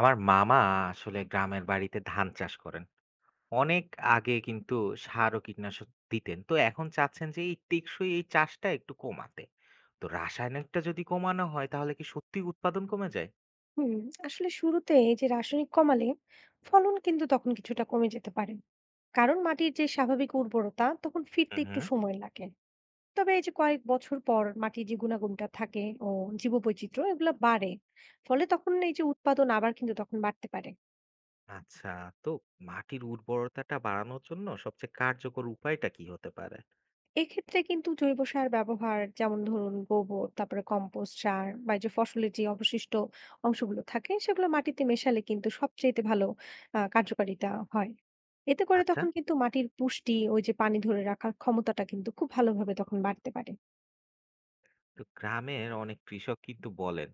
আমার মামা আসলে গ্রামের বাড়িতে ধান চাষ করেন। অনেক আগে কিন্তু সার ও কীটনাশক দিতেন। তো এখন চাচ্ছেন যে এই টেকসই এই চাষটা একটু কমাতে। তো রাসায়নিকটা যদি কমানো হয় তাহলে কি সত্যিই উৎপাদন কমে যায়? হুম আসলে শুরুতে এই যে রাসায়নিক কমালে ফলন কিন্তু তখন কিছুটা কমে যেতে পারে। কারণ মাটির যে স্বাভাবিক উর্বরতা তখন ফিরতে হুম, একটু হুম। সময় লাগে। তবে এই যে কয়েক বছর পর মাটির যে গুণাগুণটা থাকে ও জীববৈচিত্র্য এগুলো বাড়ে, ফলে তখন এই যে উৎপাদন আবার কিন্তু তখন বাড়তে পারে। আচ্ছা, তো মাটির উর্বরতাটা বাড়ানোর জন্য সবচেয়ে কার্যকর উপায়টা কি হতে পারে? এক্ষেত্রে কিন্তু জৈব সার ব্যবহার, যেমন ধরুন গোবর, তারপরে কম্পোস্ট সার বা এই যে ফসলের যে অবশিষ্ট অংশগুলো থাকে সেগুলো মাটিতে মেশালে কিন্তু সবচেয়েতে ভালো কার্যকারিতা হয়। এতে করে আচ্ছা, তখন কিন্তু মাটির পুষ্টি, ওই যে পানি ধরে রাখার ক্ষমতাটা কিন্তু খুব ভালোভাবে তখন বাড়তে পারে। তো গ্রামের অনেক কৃষক কিন্তু বলেন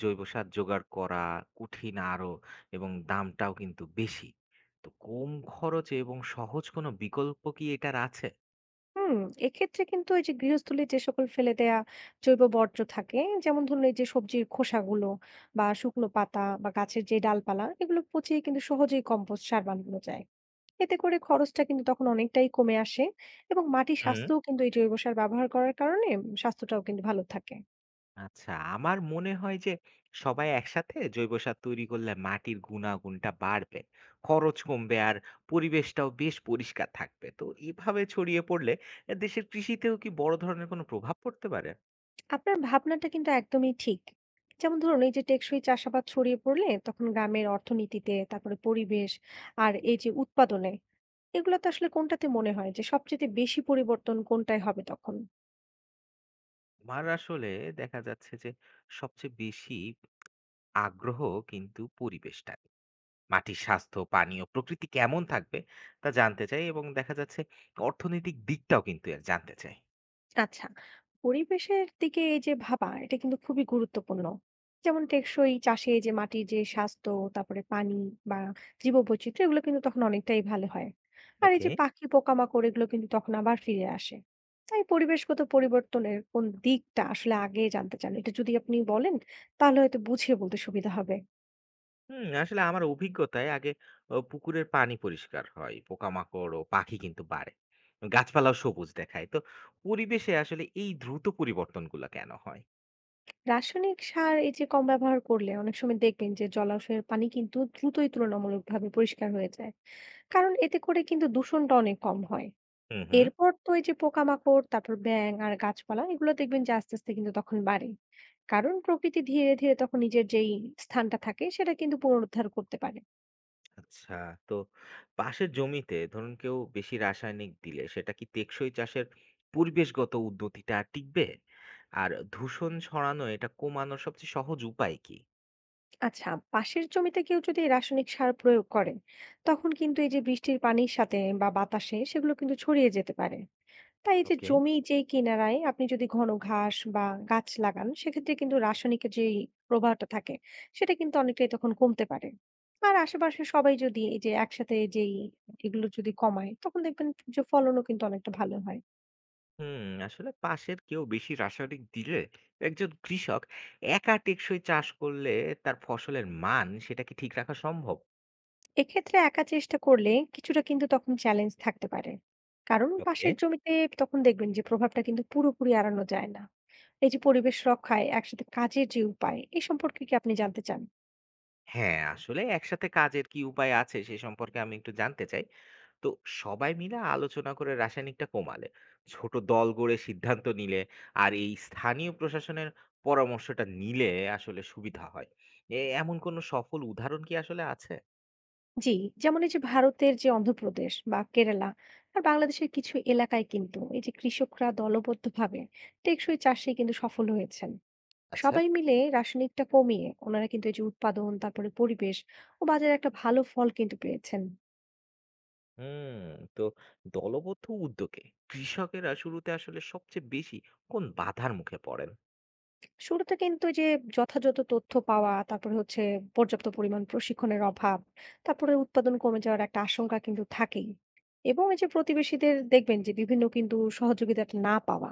জৈব সার জোগাড় করা কঠিন আরো এবং দামটাও কিন্তু বেশি। তো কম খরচে এবং সহজ কোনো বিকল্প কি এটার আছে? হুম এক্ষেত্রে কিন্তু ওই যে গৃহস্থলীর যে সকল ফেলে দেয়া জৈব বর্জ্য থাকে, যেমন ধরুন এই যে সবজির খোসাগুলো বা শুকনো পাতা বা গাছের যে ডালপালা, এগুলো পচিয়ে কিন্তু সহজেই কম্পোস্ট সার বানানো যায়। এতে করে খরচটা কিন্তু তখন অনেকটাই কমে আসে এবং মাটির হুম। স্বাস্থ্যও কিন্তু এই জৈব সার ব্যবহার করার কারণে স্বাস্থ্যটাও কিন্তু ভালো থাকে। আচ্ছা, আমার মনে হয় যে সবাই একসাথে জৈব সার তৈরি করলে মাটির গুণাগুণটা বাড়বে, খরচ কমবে আর পরিবেশটাও বেশ পরিষ্কার থাকবে। তো এভাবে ছড়িয়ে পড়লে এ দেশের কৃষিতেও কি বড় ধরনের কোনো প্রভাব পড়তে পারে? আপনার ভাবনাটা কিন্তু একদমই ঠিক। যেমন ধরুন এই যে টেকসই চাষাবাদ ছড়িয়ে পড়লে তখন গ্রামের অর্থনীতিতে, তারপরে পরিবেশ, আর এই যে উৎপাদনে, এগুলোতে আসলে কোনটাতে মনে হয় যে সবচেয়ে বেশি পরিবর্তন কোনটায় হবে তখন? আমার আসলে দেখা যাচ্ছে যে সবচেয়ে বেশি আগ্রহ কিন্তু পরিবেশটা, মাটির স্বাস্থ্য, পানি ও প্রকৃতি কেমন থাকবে তা জানতে চাই, এবং দেখা যাচ্ছে অর্থনৈতিক দিকটাও কিন্তু এর জানতে চাই। আচ্ছা, পরিবেশের দিকে এই যে ভাবা এটা কিন্তু খুবই গুরুত্বপূর্ণ। যেমন টেকসই চাষে যে মাটির যে স্বাস্থ্য, তারপরে পানি বা জীববৈচিত্র্য, এগুলো কিন্তু তখন অনেকটাই ভালো হয়। আর এই ওকে। যে পাখি, পোকামাকড় এগুলো কিন্তু তখন আবার ফিরে আসে। তাই পরিবেশগত পরিবর্তনের কোন দিকটা আসলে আগে জানতে চান, এটা যদি আপনি বলেন তাহলে হয়তো বুঝিয়ে বলতে সুবিধা হবে। হুম, আসলে আমার অভিজ্ঞতায় আগে পুকুরের পানি পরিষ্কার হয়, পোকামাকড় ও পাখি কিন্তু বাড়ে, গাছপালাও সবুজ দেখায়। তো পরিবেশে আসলে এই দ্রুত পরিবর্তনগুলো কেন হয়? রাসায়নিক সার এই যে কম ব্যবহার করলে অনেক সময় দেখবেন যে জলাশয়ের পানি কিন্তু দ্রুতই তুলনামূলকভাবে পরিষ্কার হয়ে যায়, কারণ এতে করে কিন্তু দূষণটা অনেক কম হয়। হুম, হুম। এরপর তো এই যে পোকামাকড়, তারপর ব্যাঙ আর গাছপালা এগুলো দেখবেন যে আস্তে আস্তে কিন্তু তখন বাড়ে, কারণ প্রকৃতি ধীরে ধীরে তখন নিজের যেই স্থানটা থাকে সেটা কিন্তু পুনরুদ্ধার করতে পারে। আচ্ছা, তো পাশের জমিতে ধরুন কেউ বেশি রাসায়নিক দিলে সেটা কি টেকসই চাষের পরিবেশগত উন্নতিটা আর টিকবে? আর দূষণ ছড়ানো এটা কমানোর সবচেয়ে সহজ উপায় কি? আচ্ছা, পাশের জমিতে কেউ যদি রাসায়নিক সার প্রয়োগ করে তখন কিন্তু এই যে বৃষ্টির পানির সাথে বা বাতাসে সেগুলো কিন্তু ছড়িয়ে যেতে পারে। তাই এই যে ওকে। জমি যে কিনারায় আপনি যদি ঘন ঘাস বা গাছ লাগান সেক্ষেত্রে কিন্তু রাসায়নিকের যে প্রভাবটা থাকে সেটা কিন্তু অনেকটাই তখন কমতে পারে। আর আশেপাশে সবাই যদি এই যে একসাথে যেই এগুলো যদি কমায় তখন দেখবেন যে ফলনও কিন্তু অনেকটা ভালো হয়। হুম, আসলে পাশের কেউ বেশি রাসায়নিক দিলে একজন কৃষক একা টেকসই চাষ করলে তার ফসলের মান সেটা কি ঠিক রাখা সম্ভব? এক্ষেত্রে একা চেষ্টা করলে কিছুটা কিন্তু তখন চ্যালেঞ্জ থাকতে পারে, কারণ ওকে। পাশের জমিতে তখন দেখবেন যে প্রভাবটা কিন্তু পুরোপুরি এড়ানো যায় না। এই যে পরিবেশ রক্ষায় একসাথে কাজের যে উপায়, এই সম্পর্কে কি আপনি জানতে চান? হ্যাঁ, আসলে একসাথে কাজের কি উপায় আছে সে সম্পর্কে আমি একটু জানতে চাই। তো সবাই মিলে আলোচনা করে রাসায়নিকটা কমালে, ছোট দল গড়ে সিদ্ধান্ত নিলে, আর এই স্থানীয় প্রশাসনের পরামর্শটা নিলে আসলে সুবিধা হয়। এমন কোনো সফল উদাহরণ কি আসলে আছে? জি, যেমন এই যে ভারতের যে অন্ধ্রপ্রদেশ বা কেরালা আর বাংলাদেশের কিছু এলাকায় কিন্তু এই যে কৃষকরা দলবদ্ধভাবে টেকসই চাষে কিন্তু সফল হয়েছেন। আচ্ছা। সবাই মিলে রাসায়নিকটা কমিয়ে ওনারা কিন্তু এই যে উৎপাদন, তারপরে পরিবেশ ও বাজারে একটা ভালো ফল কিন্তু পেয়েছেন। হুম, তো দলবদ্ধ উদ্যোগে কৃষকেরা শুরুতে আসলে সবচেয়ে বেশি কোন বাধার মুখে পড়েন? শুরুতে কিন্তু এই যে যথাযথ তথ্য পাওয়া, তারপরে হচ্ছে পর্যাপ্ত পরিমাণ প্রশিক্ষণের অভাব, তারপরে উৎপাদন কমে যাওয়ার একটা আশঙ্কা কিন্তু থাকেই। এবং এই যে প্রতিবেশীদের দেখবেন যে বিভিন্ন কিন্তু সহযোগিতাটা না পাওয়া,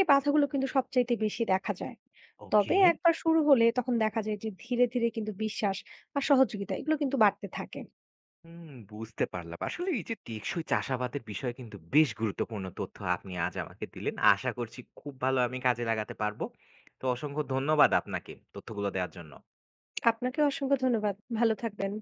এই বাধাগুলো কিন্তু সবচাইতে বেশি দেখা যায়। তবে ওকে। একবার শুরু হলে তখন দেখা যায় যে ধীরে, ধীরে কিন্তু বিশ্বাস আর সহযোগিতা এগুলো কিন্তু বাড়তে থাকে। হুম, বুঝতে পারলাম। আসলে এই যে টেকসই চাষাবাদের বিষয়ে কিন্তু বেশ গুরুত্বপূর্ণ তথ্য আপনি আজ আমাকে দিলেন। আশা করছি খুব ভালো আমি কাজে লাগাতে পারবো। তো অসংখ্য ধন্যবাদ আপনাকে তথ্যগুলো দেওয়ার জন্য। আপনাকেও অসংখ্য ধন্যবাদ। ভালো থাকবেন।